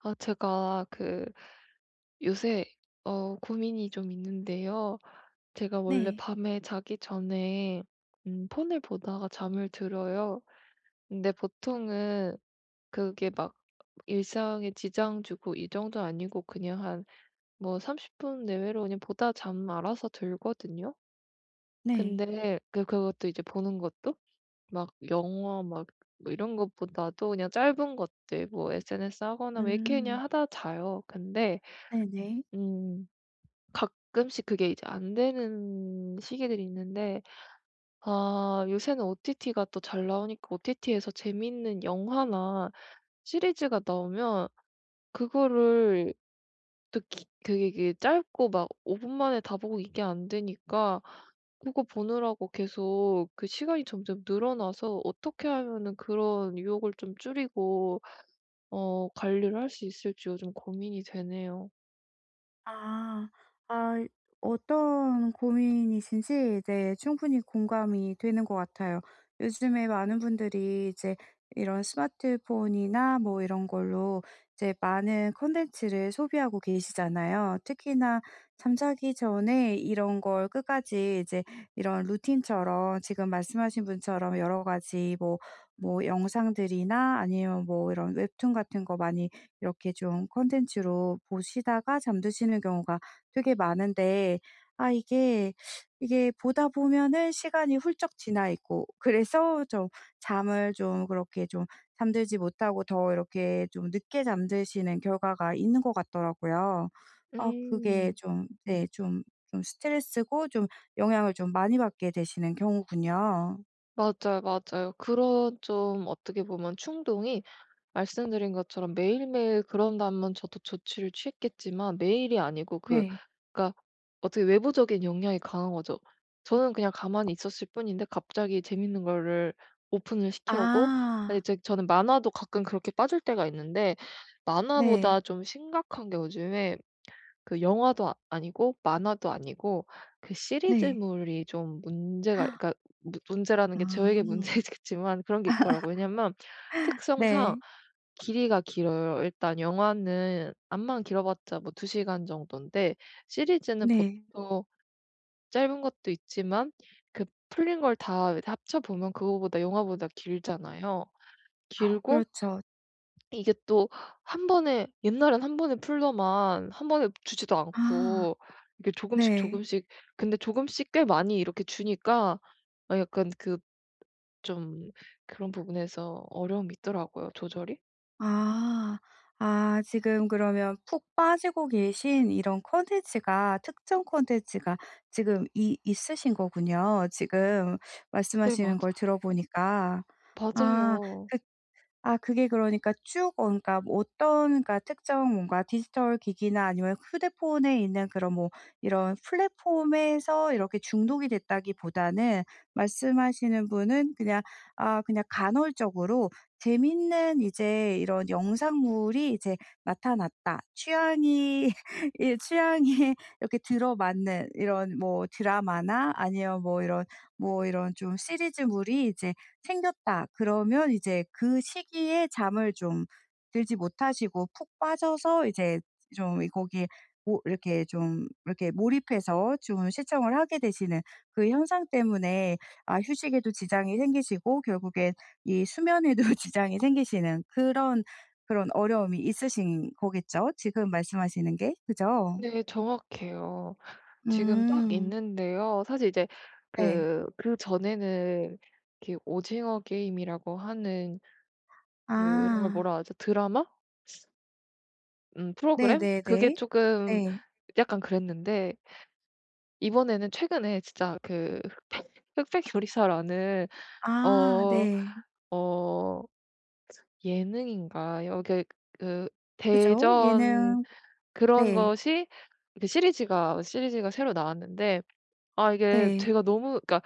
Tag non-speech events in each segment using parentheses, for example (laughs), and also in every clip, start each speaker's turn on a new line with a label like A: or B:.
A: 아, 제가 그 요새 고민이 좀 있는데요. 제가 원래
B: 네.
A: 밤에 자기 전에 폰을 보다가 잠을 들어요. 근데 보통은 그게 막 일상에 지장 주고 이 정도 아니고 그냥 한 뭐 30분 내외로 그냥 보다 잠 알아서 들거든요.
B: 네.
A: 근데 그것도 이제 보는 것도 막 영화 막 뭐 이런 것보다도 그냥 짧은 것들 뭐 SNS 하거나 뭐 이렇게 그냥
B: 음.
A: 하다 자요. 근데
B: 네네.
A: 음 가끔씩 그게 이제 안 되는 시기들이 있는데, 아 요새는 OTT가 또 잘 나오니까 OTT에서 재밌는 영화나 시리즈가 나오면 그거를 또 기 그게 이게 짧고 막 5분 만에 다 보고 이게 안 되니까 그거 보느라고 계속 그 시간이 점점 늘어나서 어떻게 하면은 그런 유혹을 좀 줄이고 관리를 할 수 있을지 요즘 고민이 되네요.
B: 아. 아 어떤 고민이신지 네 충분히 공감이 되는 것 같아요. 요즘에 많은 분들이 이제 이런 스마트폰이나 뭐 이런 걸로 이제 많은 콘텐츠를 소비하고 계시잖아요. 특히나 잠자기 전에 이런 걸 끝까지 이제 이런 루틴처럼 지금 말씀하신 분처럼 여러 가지 뭐 뭐 영상들이나 아니면 뭐 이런 웹툰 같은 거 많이 이렇게 좀 컨텐츠로 보시다가 잠드시는 경우가 되게 많은데 아 이게 보다 보면은 시간이 훌쩍 지나 있고 (laughs) 그래서 좀 잠을 좀 그렇게 좀 잠들지 못하고 더 이렇게 좀 늦게 잠드시는 결과가 있는 것 같더라고요. 아 그게
A: 음.
B: 좀 네 좀 좀 스트레스고 좀 영향을 좀 많이 받게 되시는 경우군요.
A: 맞아요, 맞아요. 그런 좀 어떻게 보면 충동이 말씀드린 것처럼 매일매일 그런다면 저도 조치를 취했겠지만 매일이 아니고 그
B: 네.
A: 그러니까 어떻게 외부적인 영향이 강한 거죠. 저는 그냥 가만히 있었을 뿐인데 갑자기 재밌는 거를 오픈을 시켜오고, 아니
B: 아.
A: 이제 저는 만화도 가끔 그렇게 빠질 때가 있는데
B: 네.
A: 만화보다 좀 심각한 게 요즘에 그 영화도 아니고 만화도 아니고 그
B: 네.
A: 시리즈물이 좀 문제가, 그러니까 무 문제라는 게 저에게
B: 아.
A: (laughs) 문제겠지만 그런 게 있더라고요. 왜냐면 특성상
B: 네.
A: 길이가 길어요. 일단 영화는 암만 길어봤자 뭐 2시간 정도인데 시리즈는
B: 네.
A: 보통 짧은 것도 있지만 그 풀린 걸 다 합쳐 보면 그거보다 영화보다 길잖아요.
B: 아
A: 길고
B: 그렇죠.
A: 이게 또 한 번에, 옛날엔 한 번에 풀더만 한 번에 주지도
B: 아
A: 않고 이게 조금씩
B: 네.
A: 조금씩, 근데 조금씩 꽤 많이 이렇게 주니까 약간 그 좀 그런 부분에서 어려움이 있더라고요, 조절이.
B: 아. 아 지금 그러면 푹 빠지고 계신 이런 콘텐츠가 특정 콘텐츠가 지금 이 있으신 거군요. 지금
A: 네, 맞아요.
B: 말씀하시는 걸 들어보니까. 아
A: 맞아요.
B: 그 아 그게 그러니까 쭉 어 그러니까 뭐 어떤 그러니까 특정 뭔가 디지털 기기나 아니면 휴대폰에 있는 그런 뭐 이런 플랫폼에서 이렇게 중독이 됐다기보다는 말씀하시는 분은 그냥 아 그냥 간헐적으로 재밌는 이제 이런 영상물이 이제 나타났다. 취향이 (laughs) 예 취향이 이렇게 들어맞는 이런 뭐 드라마나 아니면 뭐 이런 뭐 이런 좀 시리즈물이 이제 생겼다. 그러면 이제 그 시기에 잠을 좀 들지 못하시고 푹 빠져서 이제 좀 이 거기에 뭐 이렇게 좀 이렇게 몰입해서 좀 시청을 하게 되시는 그 현상 때문에 아 휴식에도 지장이 생기시고 결국엔 이 수면에도 (laughs) 지장이 생기시는 그런, 그런 어려움이 있으신 거겠죠? 지금 말씀하시는 게. 그죠?
A: 네, 정확해요. 지금 딱
B: 음.
A: 있는데요. 사실 이제
B: 네.
A: 그전에는 이렇게 오징어 게임이라고 하는 그런 걸
B: 아.
A: 뭐라 하죠? 드라마? 프로그램? 그게
B: 네네네.
A: 조금
B: 네.
A: 약간 그랬는데 이번에는 최근에 진짜 그 (laughs) 흑백 요리사라는
B: 아
A: 어
B: 네.
A: 어 예능인가 여기 그
B: 그죠?
A: 대전
B: 예능
A: 그런
B: 네.
A: 것이, 그 시리즈가 새로 나왔는데 아 이게
B: 네.
A: 제가 너무 그러니까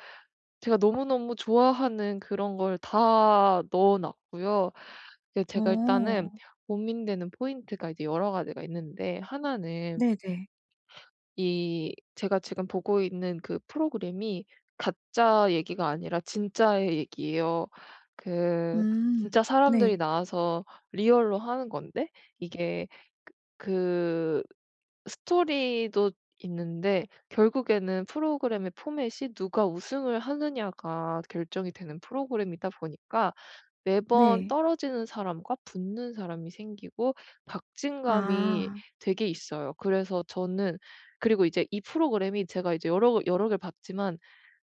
A: 제가 너무너무 좋아하는 그런 걸 다 넣어 놨고요. 그 제가
B: 어.
A: 일단은 고민되는 포인트가 이제 여러 가지가 있는데, 하나는
B: 네네.
A: 이 제가 지금 보고 있는 그 프로그램이 가짜 얘기가 아니라 진짜의 얘기예요. 그
B: 음.
A: 진짜 사람들이
B: 네.
A: 나와서 리얼로 하는 건데 이게 그 스토리도 있는데 결국에는 프로그램의 포맷이 누가 우승을 하느냐가 결정이 되는 프로그램이다 보니까 매번
B: 네.
A: 떨어지는 사람과 붙는 사람이 생기고 박진감이
B: 아.
A: 되게 있어요. 그래서 저는, 그리고 이제 이 프로그램이 제가 이제 여러 개를 봤지만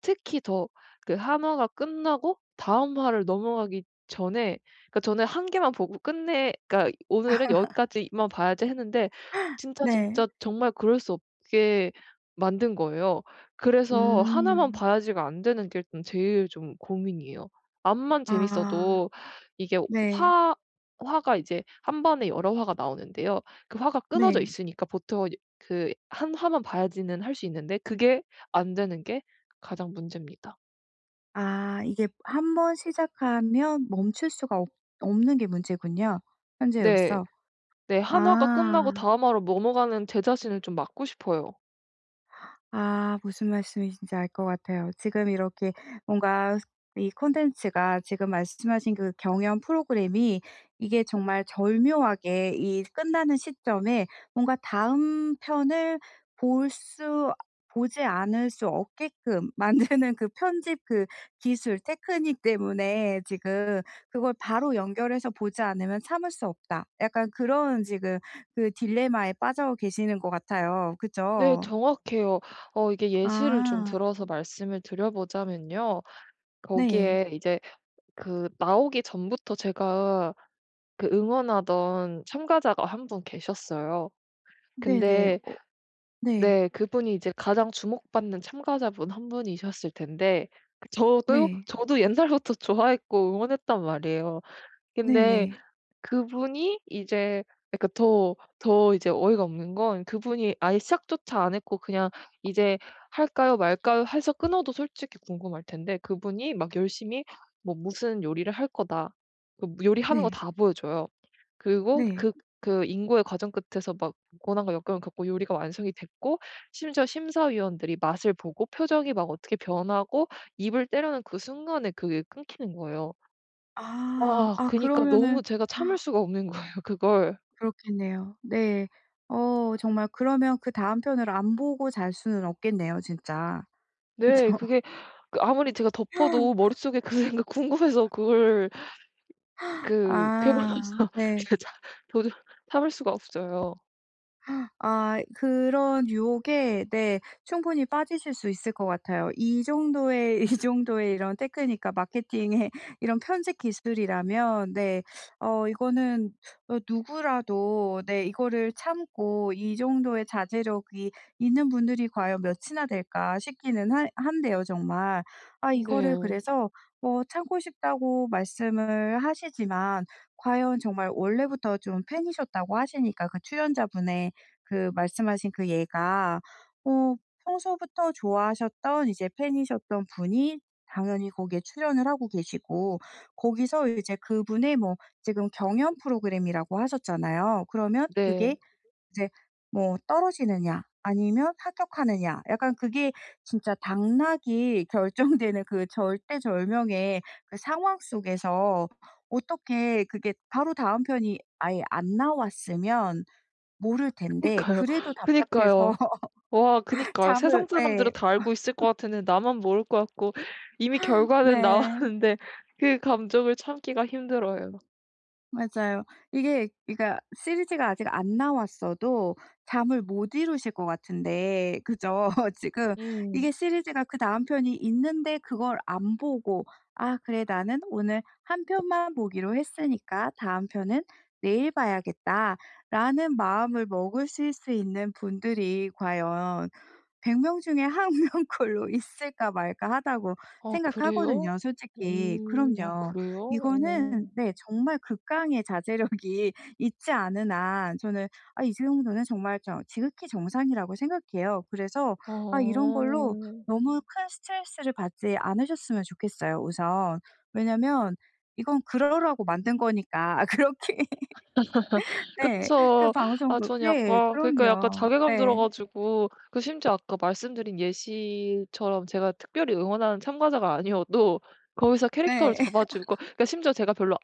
A: 특히 더 그 한 화가 끝나고 다음 화를 넘어가기 전에, 그러니까 저는 한 개만 보고 끝내, 그러니까
B: 아,
A: '오늘은 여기까지만 봐야지.' 했는데 진짜,
B: 네.
A: 진짜 정말 그럴 수 없게 만든 거예요. 그래서 하나만
B: 음.
A: 봐야지가 안 되는 게 일단 제일 좀 고민이에요. 암만
B: 아.
A: 재밌어도 이게
B: 네.
A: 화 화가 이제 한 번에 여러 화가 나오는데요. 그 화가 끊어져
B: 네.
A: 있으니까 보통 그 한 화만 봐야지는 할 수 있는데 그게 안 되는 게 가장 문제입니다.
B: 아 이게 한번 시작하면 멈출 수가 없 없는 게 문제군요,
A: 네.
B: 현재로서.
A: 네. 1화가 끝나고
B: 아.
A: 다음 화로 넘어가는 제 자신을 좀 막고 싶어요.
B: 아 무슨 말씀이신지 알 것 같아요. 지금 이렇게 뭔가 이 콘텐츠가 지금 말씀하신 그 경연 프로그램이 이게 정말 절묘하게 이 끝나는 시점에 뭔가 다음 편을 볼 수 보지 않을 수 없게끔 (laughs) 만드는 그 편집 그 기술 테크닉 때문에 지금 그걸 바로 연결해서 보지 않으면 참을 수 없다. 약간 그런 지금 그 딜레마에 빠져 계시는 것 같아요.
A: 네,
B: 그죠?
A: 정확해요. 이게 예시를 좀
B: 아.
A: 들어서 말씀을 드려보자면요.
B: 네.
A: 거기에 이제 그 나오기 전부터 제가 그 응원하던 참가자가 한 분 계셨어요.
B: 네네.
A: 근데
B: 어 네.
A: 네 그분이 이제 가장 주목받는 참가자분 한 분이셨을 텐데 그 저도
B: 네.
A: 저도 옛날부터 좋아했고 응원했단 말이에요.
B: 네
A: 근데
B: 네.
A: 그분이 이제, 그러니까 더 이제 어이가 없는 건 그분이 아예 시작조차 안 했고 그냥 이제 '할까요, 말까요?' 해서 끊어도 솔직히 궁금할 텐데 그분이 막 열심히 뭐 "무슨 요리를 할 거다." 그 뭐 요리하는 거
B: 네.
A: 다 보여줘요. 그리고
B: 네.
A: 인고의 과정 끝에서 막 고난과 역경을 겪고 요리가 완성이 됐고 심지어 심사위원들이 맛을 보고 표정이 막 어떻게 변하고 입을 때려는 그 순간에 그게 끊기는 거예요.
B: 아.
A: 아,
B: 아
A: 그니까
B: 그러면은
A: 너무 제가 참을 수가 없는 거예요 (laughs) 그걸.
B: 그렇겠네요. 네. 어 정말 그러면 그 다음 편을 안 보고 잘 수는 없겠네요 진짜.
A: 네,
B: 그쵸?
A: 그게 그 아무리 제가 덮어도
B: (laughs)
A: 머릿속에 그 생각 (laughs) 궁금해서 그걸 그
B: 아.
A: 괴로워서
B: 네.
A: (laughs) 그 참 도저 참을 수가 없어요.
B: 아 그런 유혹에 네 충분히 빠지실 수 있을 것 같아요. 이 정도의 (laughs) 이 정도의 이런 테크닉과 마케팅의 (laughs) 이런 편집 기술이라면 네 어 이거는 어 누구라도 네 이거를 참고 이 정도의 자제력이 있는 분들이 과연 몇이나 될까 싶기는 하 한데요 정말. 아 이거를
A: 네.
B: 그래서 뭐 참고 싶다고 말씀을 하시지만 과연 정말 원래부터 좀 팬이셨다고 하시니까 그 출연자분의 그 말씀하신 그 얘가 어 평소부터 좋아하셨던 이제 팬이셨던 분이 당연히 거기에 출연을 하고 계시고 거기서 이제 그분의 뭐 지금 경연 프로그램이라고 하셨잖아요. 그러면 그게
A: 네.
B: 이제 뭐 떨어지느냐 아니면 합격하느냐 약간 그게 진짜 당락이 결정되는 그 절대절명의 그 상황 속에서 어떻게 그게 바로 다음 편이 아예 안 나왔으면 모를 텐데
A: 그니까요.
B: 그래도
A: (laughs)
B: 답답해서
A: 그니까요. 와
B: (laughs)
A: 그니까요.
B: 잠을
A: 세상
B: 네.
A: 사람들은 다 알고 있을 것 같은데 나만 모를 것 같고 이미 결과는 (laughs)
B: 네.
A: 나왔는데 그 감정을 참기가 힘들어요.
B: 맞아요. 이게 그러니까 시리즈가 아직 안 나왔어도 잠을 못 이루실 것 같은데 그죠? (laughs) 지금 이게
A: 음.
B: 시리즈가 그다음 편이 있는데 그걸 안 보고 '아 그래 나는 오늘 한 편만 보기로 했으니까 다음 편은 내일 봐야겠다.'라는 마음을 먹으실 수 있는 분들이 과연 100명 중에 1 (laughs) 명꼴로 있을까 말까 하다고
A: 아 그래요?
B: 생각하거든요 솔직히.
A: 음. 아
B: 그럼요.
A: 그래요?
B: 이거는
A: 어.
B: 네 정말 극강의 자제력이 (laughs) 있지 않은 한 저는 아 이 정도는 정말 저 지극히 정상이라고 생각해요. 그래서 아 이런 걸로
A: 어.
B: 너무 큰 스트레스를 받지 않으셨으면 좋겠어요 우선. 왜냐면 이건 그러라고 만든 거니까 (laughs) 그렇게 네. 그
A: 그쵸. 아
B: 방송국
A: 전
B: 네.
A: 약간 그러니까 약간
B: 그럼요.
A: 자괴감 들어
B: 네.
A: 가지고 그 심지어 아까 말씀드린 예시처럼 제가 특별히 응원하는 참가자가 아니어도 거기서 캐릭터를
B: 네.
A: 잡아 주고 그러니까 심지어 제가 별로, 아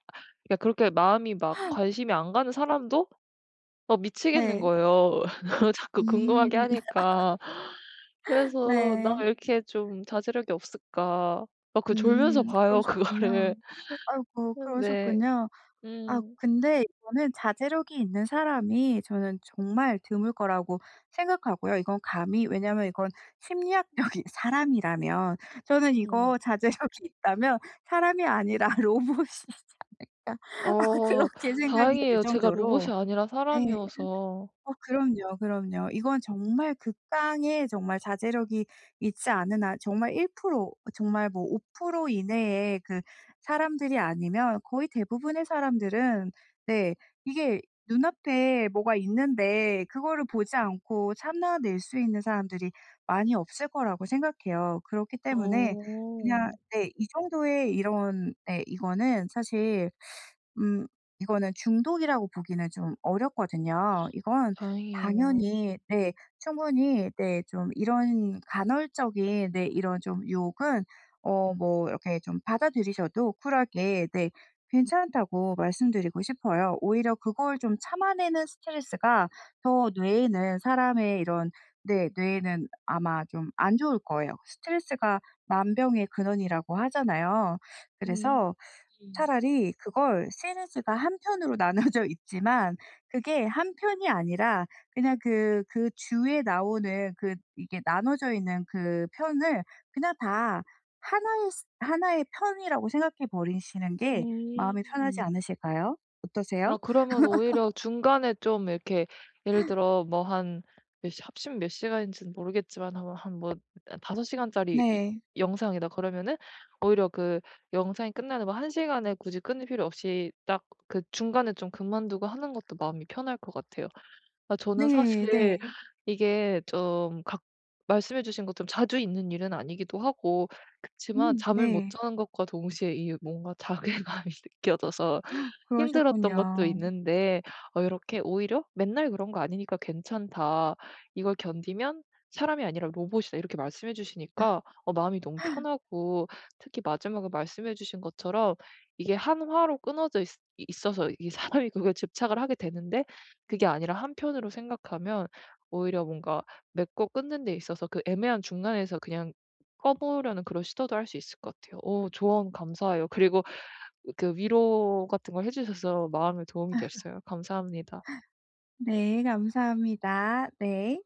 A: 그러니까 그렇게 마음이 막 관심이 안 가는 사람도 막 미치겠는
B: 네.
A: 거예요. (laughs) 자꾸 궁금하게
B: 음.
A: 하니까. 그래서 '나
B: 네.
A: 왜 이렇게 좀 자제력이 없을까.' 막 그 졸면서 봐요 그거를.
B: 그러셨군요. 아이고
A: 근데
B: 그러셨군요. 아
A: 음.
B: 근데 이거는 자제력이 있는 사람이 저는 정말 드물 거라고 생각하고요. 이건 감히 왜냐면 이건 심리학적인 (laughs) 사람이라면 저는
A: 음.
B: 이거 자제력이 (laughs) 있다면 사람이 아니라 로봇이다 (laughs)
A: 어
B: 그렇게 생각이 들
A: 다행이에요. 제가
B: 정도로
A: 로봇이 아니라
B: 네.
A: 사람이어서.
B: 어 그럼요, 그럼요. 이건 정말 극강의 정말 자제력이 있지 않은 한 정말 1% 정말 뭐 5% 이내의 그 사람들이 아니면 거의 대부분의 사람들은 네 이게 눈앞에 뭐가 있는데 그거를 보지 않고 참아낼 수 있는 사람들이 많이 없을 거라고 생각해요. 그렇기
A: 어
B: 때문에 그냥 네 이 정도의 이런 네 이거는 사실 음 이거는 중독이라고 보기는 좀 어렵거든요. 이건
A: 다행이에요.
B: 당연히 네 충분히 네 좀 이런 간헐적인 네 이런 좀 유혹은 어 뭐 이렇게 좀 받아들이셔도 쿨하게 네 괜찮다고 말씀드리고 싶어요. 오히려 그걸 좀 참아내는 스트레스가 더 뇌에는 사람의 이런 네 뇌에는 아마 좀 안 좋을 거예요. 스트레스가 만병의 근원이라고 하잖아요.
A: 음.
B: 그래서 차라리 그걸 시너지가 한 편으로 (laughs) 나눠져 있지만 그게 한 편이 아니라 그냥 그 그 주에 나오는 그 이게 나눠져 있는 그 편을 그냥 다 하나의 편이라고 생각해 버리시는 게 마음이 편하지
A: 음.
B: 않으실까요? 어떠세요?
A: 아 그러면 오히려 중간에 좀 이렇게 예를 들어 뭐 한 몇 시 합심 몇 시간인지는 모르겠지만 한 한 뭐 5시간짜리
B: 네.
A: 영상이다 그러면은 오히려 그 영상이 끝나는 뭐 한 시간에 굳이 끊을 필요 없이 딱 그 중간에 좀 그만두고 하는 것도 마음이 편할 것 같아요. 아 저는
B: 네
A: 사실
B: 네.
A: 이게 좀 각 말씀해 주신 것처럼 자주 있는 일은 아니기도 하고 그렇지만 잠을 못
B: 네.
A: 자는 것과 동시에 이 뭔가 자괴감이 (laughs) 느껴져서 힘들었던 것도
B: 그러셨군요.
A: 있는데 이렇게 오히려 '맨날 그런 거 아니니까 괜찮다. 이걸 견디면 사람이 아니라 로봇이다.' 이렇게 말씀해 주시니까 마음이 너무 편하고 특히 마지막에 말씀해 주신 것처럼 이게 한 화로 끊어져 있 있어서 이 사람이 그걸 집착을 하게 되는데 그게 아니라 한편으로 생각하면 오히려 뭔가 맺고 끊는 데 있어서 그 애매한 중간에서 그냥 꺼보려는 그런 시도도 할 수 있을 것 같아요. 오, 조언 감사해요. 그리고 그 위로 같은 걸 해 주셔서 마음에 도움이 됐어요. 감사합니다.
B: 네 감사합니다. 네.